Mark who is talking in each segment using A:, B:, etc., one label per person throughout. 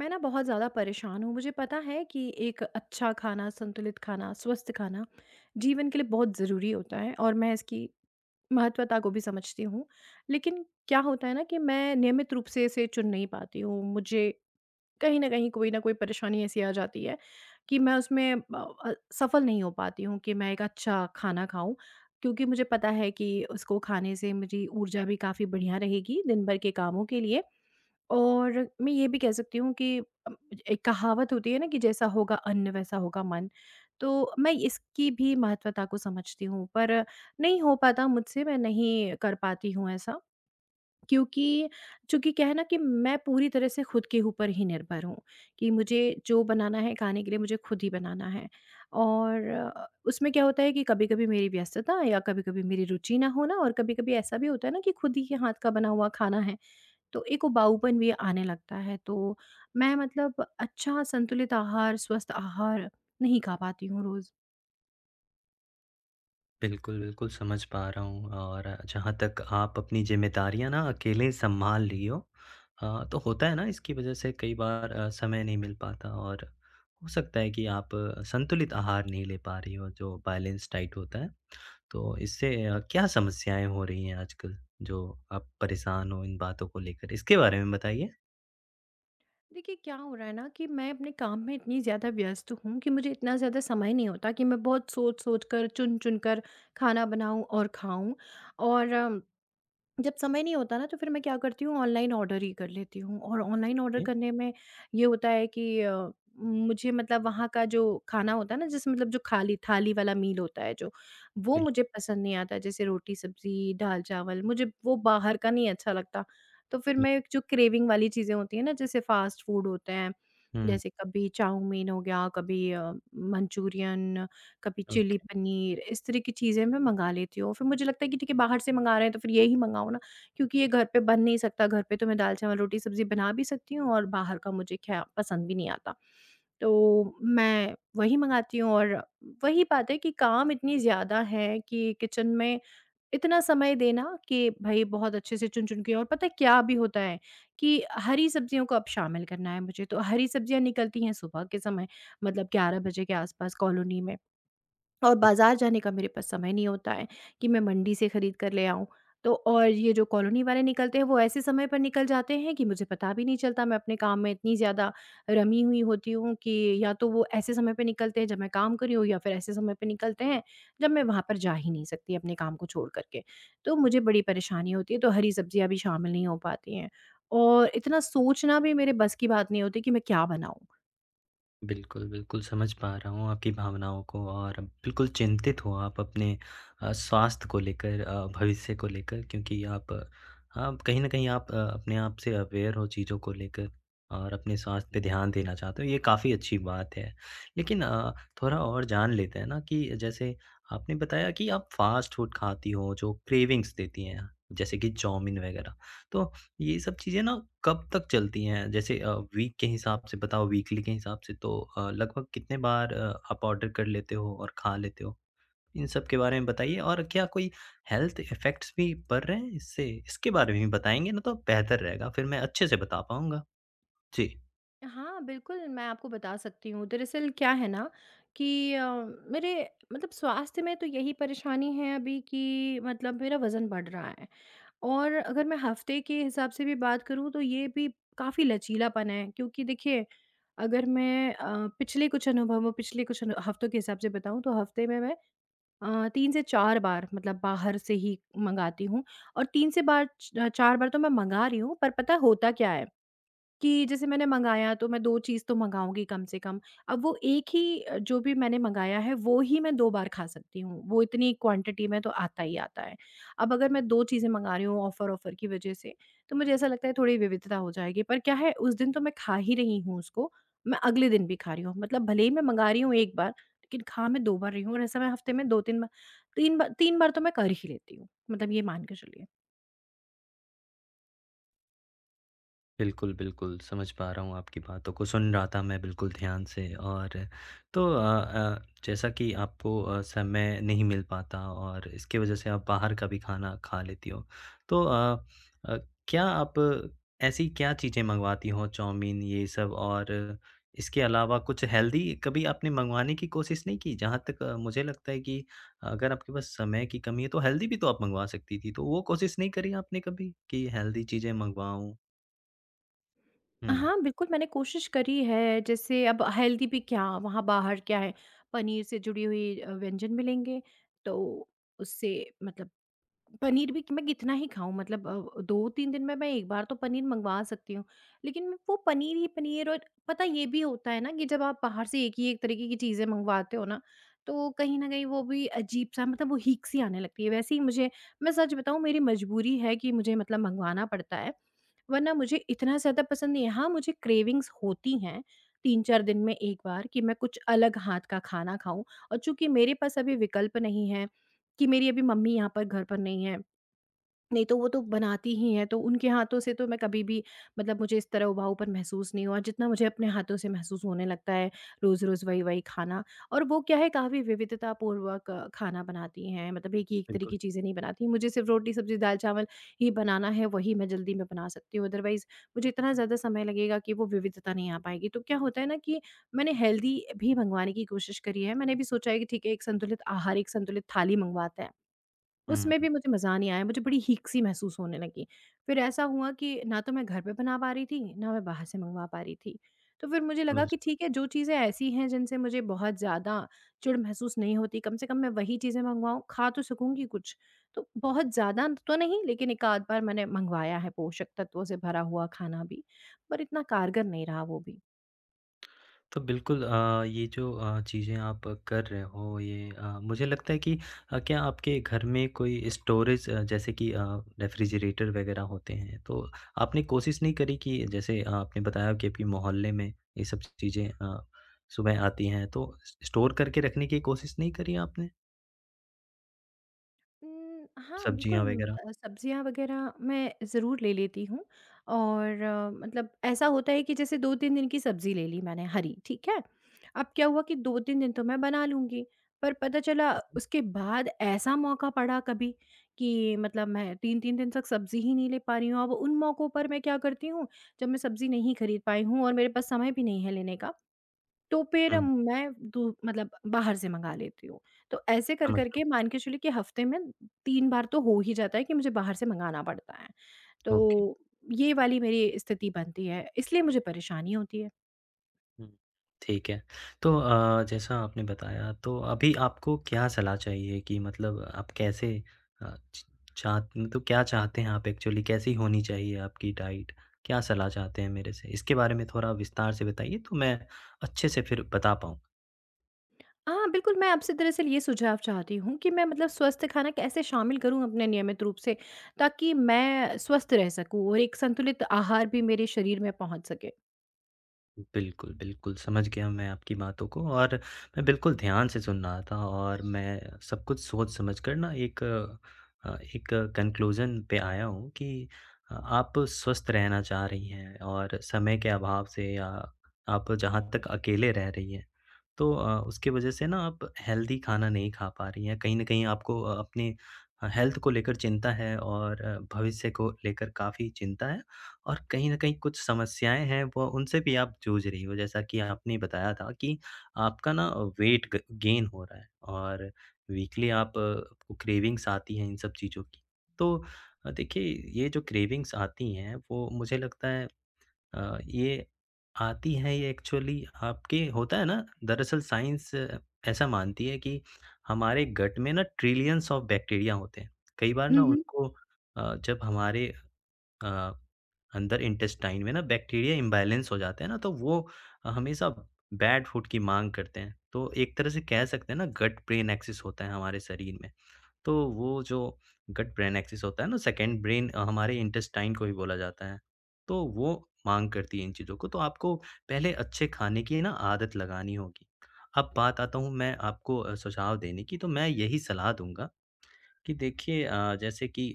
A: मैं ना बहुत ज़्यादा परेशान हूँ। मुझे पता है कि एक अच्छा खाना, संतुलित खाना, स्वस्थ खाना जीवन के लिए बहुत ज़रूरी होता है और मैं इसकी महत्वता को भी समझती हूँ। लेकिन क्या होता है ना कि मैं नियमित रूप से इसे चुन नहीं पाती हूँ। मुझे कहीं ना कहीं कोई ना कोई परेशानी ऐसी आ जाती है कि मैं उसमें सफल नहीं हो पाती हूँ कि मैं एक अच्छा खाना खाऊं। क्योंकि मुझे पता है कि उसको खाने से मेरी ऊर्जा भी काफ़ी बढ़िया रहेगी दिन भर के कामों के लिए। और मैं ये भी कह सकती हूँ कि अम, एक कहावत होती है ना कि जैसा होगा अन्न, वैसा होगा मन। तो मैं इसकी भी महत्वता को समझती हूँ, पर नहीं हो पाता मुझसे, मैं नहीं कर पाती हूँ ऐसा। क्योंकि चूँकि क्या है ना कि मैं पूरी तरह से खुद के ऊपर ही निर्भर हूँ, कि मुझे जो बनाना है खाने के लिए मुझे खुद ही बनाना है। और उसमें क्या होता है कि कभी-कभी मेरी व्यस्तता या कभी-कभी मेरी रुचि ना होना, और कभी-कभी ऐसा भी होता है ना कि खुद ही के हाथ का बना हुआ खाना है, तो एक उबाऊपन भी आने लगता है। तो मैं मतलब अच्छा संतुलित आहार, स्वस्थ आहार नहीं खा पाती हूँ रोज़।
B: बिल्कुल, बिल्कुल समझ पा रहा हूँ। और जहाँ तक आप अपनी ज़िम्मेदारियाँ ना अकेले सँभाल रही हो, तो होता है ना, इसकी वज़ह से कई बार समय नहीं मिल पाता। और हो सकता है कि आप संतुलित आहार नहीं ले पा रही हो, जो बैलेंस डाइट होता है। तो इससे क्या समस्याएँ हो रही हैं आजकल जो आप परेशान हो इन बातों को लेकर? इसके बारे में बताइए।
A: देखिए क्या हो रहा है ना कि मैं अपने काम में इतनी ज़्यादा व्यस्त हूँ कि मुझे इतना ज़्यादा समय नहीं होता कि मैं बहुत सोच-सोच कर, चुन-चुन कर खाना बनाऊँ और खाऊँ। और जब समय नहीं होता ना, तो फिर मैं क्या करती हूँ, ऑनलाइन ऑर्डर ही कर लेती हूँ। और ऑनलाइन ऑर्डर
B: जी,
A: करने में ये होता है कि मुझे मतलब वहाँ का जो खाना होता है ना, जैसे मतलब जो खाली थाली वाला मील होता है, जो वो
B: बिल्कुल।
A: मुझे पसंद नहीं आता। जैसे रोटी, सब्जी, दाल, चावल, मुझे वो बाहर का नहीं अच्छा लगता। तो फिर
B: हुँ,
A: मैं जो क्रेविंग वाली चीज़ें होती हैं ना, जैसे फास्ट फूड होते हैं,
B: हुँ,
A: जैसे कभी चाउमीन हो गया, कभी मंचूरियन, कभी चिली
B: ओके।
A: पनीर, इस तरह की चीज़ें मैं मँगा लेती हूँ। फिर मुझे लगता है कि ठीक है, बाहर से मँगा रहे हैं तो फिर यही मँगाओ ना, क्योंकि ये घर पे बन नहीं सकता। घर पे तो मैं दाल, चावल, रोटी, सब्ज़ी बना भी सकती हूँ, और बाहर का मुझे ख़ैर पसंद भी नहीं आता। तो मैं वही मँगाती हूँ। और वही बात है कि काम इतनी ज़्यादा है कि किचन में इतना समय देना कि भई बहुत अच्छे से चुन-चुन के, और पता है क्या भी होता है कि हरी सब्ज़ियों को अब शामिल करना है मुझे। तो हरी सब्ज़ियाँ निकलती हैं सुबह के समय, मतलब 11 बजे के आस-पास कॉलोनी में। और बाज़ार जाने का मेरे पास समय नहीं होता है कि मैं मंडी से खरीद कर ले आऊँ। तो और ये जो कॉलोनी वाले निकलते हैं वो ऐसे समय पर निकल जाते हैं कि मुझे पता भी नहीं चलता। मैं अपने काम में इतनी ज़्यादा रमी हुई होती हूँ कि या तो वो ऐसे समय पे निकलते हैं जब मैं काम कर रही हूँ, या फिर ऐसे समय पे निकलते हैं जब मैं वहाँ पर जा ही नहीं सकती अपने काम को छोड़ कर के। तो मुझे बड़ी परेशानी होती है, तो हरी सब्ज़ियाँ भी शामिल नहीं हो पाती हैं, और इतना सोचना भी मेरे बस की बात नहीं होती कि मैं क्या बनाऊँ।
B: बिल्कुल, बिल्कुल समझ पा रहा हूँ आपकी भावनाओं को। और बिल्कुल चिंतित हो आप अपने स्वास्थ्य को लेकर, भविष्य को लेकर, क्योंकि आप कहीं न कहीं आप अपने आप से अवेयर हो चीज़ों को लेकर, और अपने स्वास्थ्य पे ध्यान देना चाहते हो। ये काफ़ी अच्छी बात है। लेकिन थोड़ा और जान लेते हैं ना, कि जैसे आपने बताया कि आप फ़ास्ट फूड खाती हो जो क्रेविंग्स देती हैं, जैसे कि चाउमीन वग़ैरह। तो ये सब चीज़ें ना कब तक चलती हैं? जैसे वीक के हिसाब से बताओ, वीकली के हिसाब से तो लगभग कितने बार आप ऑर्डर कर लेते हो और खा लेते हो? इन सब के बारे में बताइए। और क्या कोई हेल्थ इफ़ेक्ट्स भी पड़ रहे हैं इससे? इसके बारे में भी बताएँगे ना, तो बेहतर रहेगा, फिर मैं अच्छे से बता पाऊँगा। जी।
A: हाँ, बिल्कुल, मैं आपको बता सकती हूँ। दरअसल क्या है ना कि मेरे मतलब स्वास्थ्य में तो यही परेशानी है अभी, कि मतलब मेरा वज़न बढ़ रहा है। और अगर मैं हफ़्ते के हिसाब से भी बात करूँ तो ये भी काफ़ी लचीलापन है, क्योंकि देखिए, अगर मैं पिछले कुछ अनुभवों पिछले कुछ अनु हफ़्तों के हिसाब से बताऊँ तो हफ़्ते में मैं 3 से 4 बार मतलब बाहर से ही मँगाती हूँ। और 3 से बार च 4 बार तो मैं मँगा रही हूँ, पर पता होता क्या है कि जैसे मैंने मँगाया तो मैं 2 चीज़ तो मँगाऊँगी कम से कम। अब वो एक ही जो भी मैंने मँगाया है वो ही मैं 2 बार खा सकती हूँ, वो इतनी क्वांटिटी में तो आता ही आता है। अब अगर मैं 2 चीज़ें मँगा रही हूँ ऑफ़र-ऑफ़र की वज़ह से, तो मुझे ऐसा लगता है थोड़ी विविधता हो जाएगी। पर क्या है, उस दिन तो मैं खा ही रही हूँ उसको, मैं अगले दिन भी खा रही हूँ। मतलब भले ही मैं मँगा रही हूँ एक बार, लेकिन खा मैं 2 बार रही हूँ। और ऐसा मैं हफ़्ते में 2-3 बार 3 बार 3 बार तो मैं कर ही लेती हूँ। मतलब ये मान के चलिए।
B: बिल्कुल, बिल्कुल, समझ पा रहा हूँ आपकी बातों को। सुन रहा था मैं बिल्कुल ध्यान से। और तो जैसा कि आपको समय नहीं मिल पाता, और इसकी वज़ह से आप बाहर का भी खाना खा लेती हो। तो अ, क्या आप ऐसी क्या चीज़ें मँगवाती हो, चाउमीन ये सब। और इसके अलावा कुछ हेल्दी कभी आपने मँगवाने की कोशिश नहीं की? जहाँ तक मुझे लगता है कि अगर आपके पास समय की कमी है, तो हेल्दी भी तो आप मँगवा सकती थी। तो वो कोशिश नहीं करी आपने कभी कि हेल्दी चीज़ें मँगवाऊँ? हुँ।
A: हाँ, बिल्कुल मैंने कोशिश करी है। जैसे अब हेल्दी भी क्या, वहाँ बाहर क्या है, पनीर से जुड़ी हुई व्यंजन मिलेंगे, तो उससे मतलब पनीर भी मैं कितना ही खाऊँ, मतलब 2-3 दिन में मैं 1 बार तो पनीर मँगवा सकती हूँ, लेकिन मैं वो पनीर ही पनीर। और पता ये भी होता है ना कि जब आप बाहर से एक ही एक तरीके की चीज़ें मँगवाते हो ना, तो कहीं न कहीं वो भी अजीब-सा, मतलब वो हीक-सी आने लगती है। वैसे ही मुझे, मैं सच बताऊँ, मेरी मजबूरी है कि मुझे मतलब मँगवाना पड़ता है। वरना मुझे इतना ज़्यादा पसंद नहीं है। हाँ, मुझे क्रेविंग्स होती हैं 3-4 दिन में एक बार कि मैं कुछ अलग हाथ का खाना खाऊँ। और चूँकि मेरे पास अभी विकल्प नहीं है, कि मेरी अभी मम्मी यहाँ पर घर पर नहीं है, नहीं तो वो तो बनाती ही हैं, तो उनके हाथों से तो मैं कभी भी, मतलब मुझे इस तरह उबाऊपन महसूस नहीं हुआ, जितना मुझे अपने हाथों से महसूस होने लगता है, रोज़-रोज़ वही-वही खाना। और वो क्या है, काफ़ी विविधतापूर्वक खाना बनाती हैं, मतलब एक ही एक तरह
B: बिल्कुल।
A: की चीज़ें नहीं बनाती। मुझे सिर्फ़ रोटी, सब्ज़ी, दाल-चावल ही बनाना है, वही मैं जल्दी में बना सकती हूँ, अदरवाइज़ मुझे इतना ज़्यादा समय लगेगा कि वो विविधता नहीं आ पाएगी। तो क्या होता है ना कि मैंने हेल्दी भी मँगवाने की कोशिश करी है, मैंने भी सोचा है कि ठीक है, एक संतुलित आहार, एक संतुलित थाली मँगवाते हैं।
B: हुँ,
A: उसमें
B: हुँ,
A: भी मुझे मज़ा नहीं आया, मुझे बड़ी हीक-सी महसूस होने लगी। फिर ऐसा हुआ कि ना तो मैं घर पे बना पा रही थी, ना मैं बाहर से मँगवा पा रही थी। तो फिर मुझे लगा
B: समझ।
A: कि ठीक है, जो चीज़ें ऐसी हैं जिनसे मुझे बहुत ज़्यादा चिढ़ महसूस नहीं होती, कम से कम मैं वही चीज़ें मँगवाऊँ, खा तो सकूँगी कुछ। तो बहुत ज़्यादा तो नहीं, लेकिन एक आध बार मैंने मँगवाया है पोषक तत्वों से भरा हुआ खाना भी, पर इतना कारगर नहीं रहा वो भी।
B: तो बिल्कुल ये जो चीज़ें आप कर रहे हो, ये मुझे लगता है कि क्या आपके घर में कोई स्टोरेज जैसे कि रेफ्रिजरेटर वग़ैरह होते हैं? तो आपने कोशिश नहीं करी कि जैसे आपने बताया कि आपके मोहल्ले में ये सब चीज़ें सुबह आती हैं, तो स स्टोर करके रखने की कोशिश नहीं करी आपने?
A: हाँ, बिल्कुल।
B: सब्जियाँ वग़ैरह?
A: सब्ज़ियाँ वग़ैरह मैं ज़रूर ले लेती हूँ। और मतलब ऐसा होता है कि जैसे 2-3 दिन की सब्ज़ी ले ली मैंने हरी, ठीक है? अब क्या हुआ कि 2-3 दिन तो मैं बना लूँगी, पर पता चला उसके बाद ऐसा मौका पड़ा कभी कि मतलब मैं 3-3 दिन तक सब्ज़ी ही नहीं ले पा रही हूँ। अब उन मौकों पर मैं क्या करती हूँ, जब मैं सब्ज़ी नहीं खरीद पाई हूँ और मेरे पास समय भी नहीं है लेने का, तो फिर
B: हुँ,
A: मैं दू मतलब बाहर से मँगा लेती हूँ। तो ऐसे
B: समझ
A: कर
B: रहा
A: के मान के चलिए कि हफ़्ते में 3 बार तो हो ही जाता है कि मुझे बाहर से मँगाना पड़ता है।
B: हूँ। ओके।
A: तो ये वाली मेरी स्थिति बनती है, इसलिए मुझे परेशानी होती है।
B: हुँ, ठीक है। तो जैसा आपने बताया, तो अभी आपको क्या सलाह चाहिए? कि मतलब आप कैसे अ, च चाह मतलब क्या चाहते हैं आप, एक्चुअली कैसी होनी चाहिए आपकी डाइट? क्या सलाह चाहते हैं मेरे से? इसके बारे में थोड़ा विस्तार से बताइए, तो मैं अच्छे से फिर बता पाऊँ।
A: हाँ, बिल्कुल मैं आपसे दरअसल ये सुझाव चाहती हूँ कि मैं मतलब स्वस्थ खाना कैसे शामिल करूँ अपने नियमित रूप से, ताकि मैं स्वस्थ रह सकूँ और एक संतुलित आहार भी मेरे शरीर में पहुँच सके?
B: बिल्कुल, बिल्कुल, समझ गया मैं आपकी बातों को। और मैं बिल्कुल ध्यान से सुन रहा था, और मैं सब कुछ सोच समझ कर ना एक एक कन्क्लूज़न पे आया हूँ कि आप स्वस्थ रहना चाह रही हैं, और समय के अभाव से या आप जहाँ तक अकेले रह रही हैं, तो उसकी वजह से ना आप हेल्दी खाना नहीं खा पा रही हैं। कहीं न कहीं आपको अपने हेल्थ को लेकर चिंता है, और भविष्य को लेकर काफ़ी चिंता है। और कहीं न कहीं कुछ समस्याएँ हैं, वो उनसे भी आप जूझ रही हो, जैसा कि आपने बताया था कि आपका ना वेट ग गेन हो रहा है, और वीकली आप आपको क्रेविंग्स आती हैं इन सब चीज़ों की। तो देखिए, ये जो क्रेविंग्स आती हैं, वो मुझे लगता है अ, ये आती हैं, ये एक्चुअली आपके होता है ना, दरअसल साइंस ऐसा मानती है कि हमारे गट में ना ट्रिलियंस ऑफ बैक्टीरिया होते हैं। कई बार
A: हुँ,
B: ना जी।
A: हुँ।
B: उनको जब हमारे अ, अंदर इंटेस्टाइन में ना बैक्टीरिया इम्बैलेंस हो जाते हैं ना, तो वो हमेशा बैड फूड की मांग करते हैं। तो एक तरह से कह सकते हैं ना, गट ब्रेन एक्सिस होता है हमारे शरीर में। तो वो जो गट ब्रेन एक्सिस होता है ना, सेकंड ब्रेन हमारे इंटेस्टाइन को भी बोला जाता है। तो वो मांग करती है इन चीज़ों को। तो आपको पहले अच्छे खाने की ना आदत लगानी होगी। अब बात आता हूँ मैं आपको सुझाव देने की। तो मैं यही सलाह दूँगा कि देखिए, जैसे कि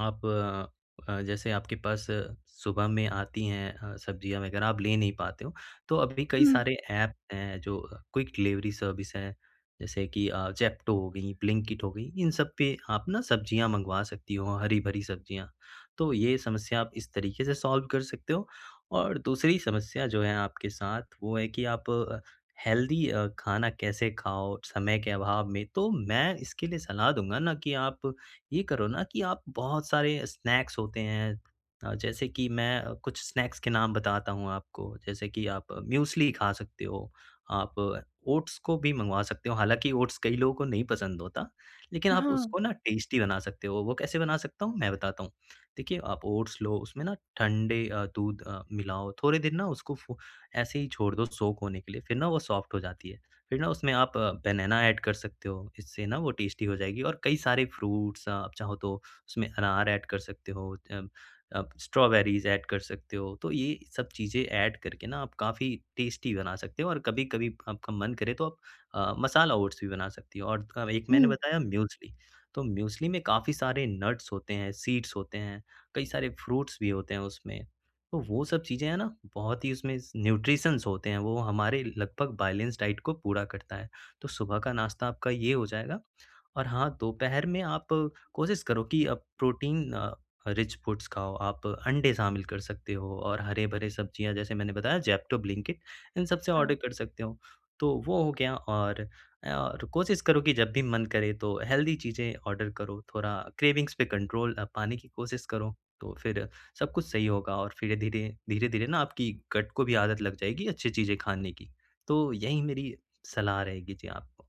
B: आप जैसे आपके पास सुबह में आती हैं सब्जियाँ वगैरह आप ले नहीं पाते हो, तो अभी कई
A: हुँ।
B: सारे ऐप हैं जो क्विक डिलीवरी सर्विस है, जैसे कि ज़ेप्टो हो गई, ब्लिंकिट हो गई, इन सब पे आप ना सब्जियाँ मँगवा सकती हो, हरी-भरी सब्जियाँ। तो ये समस्या आप इस तरीके से सॉल्व कर सकते हो। और दूसरी समस्या जो है आपके साथ, वो है कि आप हेल्दी खाना कैसे खाओ समय के अभाव में। तो मैं इसके लिए सलाह दूँगा ना कि आप ये करो ना, कि आप बहुत सारे स्नैक्स होते हैं जैसे कि मैं कुछ स्नैक्स के नाम बताता हूँ आपको। जैसे कि आप म्यूस्ली खा सकते हो, आप ओट्स को भी मँगवा सकते हो। हालाँकि ओट्स कई लोगों को नहीं पसंद होता, लेकिन आप
A: हाँ।
B: उसको ना टेस्टी बना सकते हो। वो कैसे बना सकता हूँ, मैं बताता हूँ। देखिए, आप ओट्स लो, उसमें ना ठंडे दूध मिलाओ, थोड़े दिन ना उसको फु ऐसे ही छोड़ दो सोक होने के लिए, फिर ना वो सॉफ्ट हो जाती है। फिर ना उसमें आप बनाना ऐड कर सकते हो, इससे ना वो टेस्टी हो जाएगी। और कई सारे फ्रूट्स आप चाहो तो उसमें अनार ऐड कर सकते हो, आप स्ट्रॉबेरीज़ ऐड कर सकते हो। तो ये सब चीज़ें ऐड करके ना आप काफ़ी टेस्टी बना सकते हो। और कभी-कभी आपका मन करे तो आप मसाला ओट्स भी बना सकती हो। और एक मैंने
A: हुँ।
B: बताया म्यूस्ली, तो म्यूस्ली में काफ़ी सारे नट्स होते हैं, सीड्स होते हैं, कई सारे फ्रूट्स भी होते हैं उसमें। तो वो सब चीज़ें है ना, बहुत ही उसमें स न्यूट्रिशंस होते हैं, वो हमारे लगभग बैलेंस डाइट को पूरा करता है। तो सुबह का नाश्ता आपका ये हो जाएगा। और हाँ, दोपहर में आप कोशिश करो कि प्रोटीन रिच फूड्स खाओ, आप अंडे शामिल कर सकते हो। और हरे-भरे सब्जियाँ जैसे मैंने बताया, ज़ेप्टो, ब्लिंकिट, इन सब से ऑर्डर
A: हाँ।
B: कर सकते हो। तो वो हो गया। और और कोशिश करो कि जब भी मन करे तो हेल्दी चीज़ें ऑर्डर करो, थोड़ा क्रेविंग्स पे कंट्रोल पाने की कोशिश करो, तो फिर सब कुछ सही होगा। और फिर धीरे-धीरे ना आपकी गट को भी आदत लग जाएगी अच्छी चीज़ें खाने की। तो यही मेरी सलाह रहेगी जी आपको।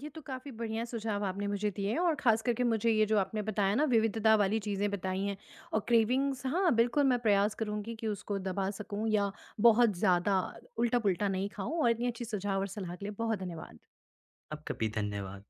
A: ये तो काफ़ी बढ़िया सुझाव आपने मुझे दिए हैं। और ख़ास करके मुझे ये जो आपने बताया ना विविधता वाली चीज़ें बताई हैं। और क्रेविंग्स, हाँ, बिल्कुल मैं प्रयास करूँगी कि उसको दबा सकूँ या बहुत ज़्यादा उल्टा पुल्टा नहीं खाऊँ, और इतनी अच्छी सुझाव और सलाह के लिए बहुत धन्यवाद।
B: आपका भी धन्यवाद।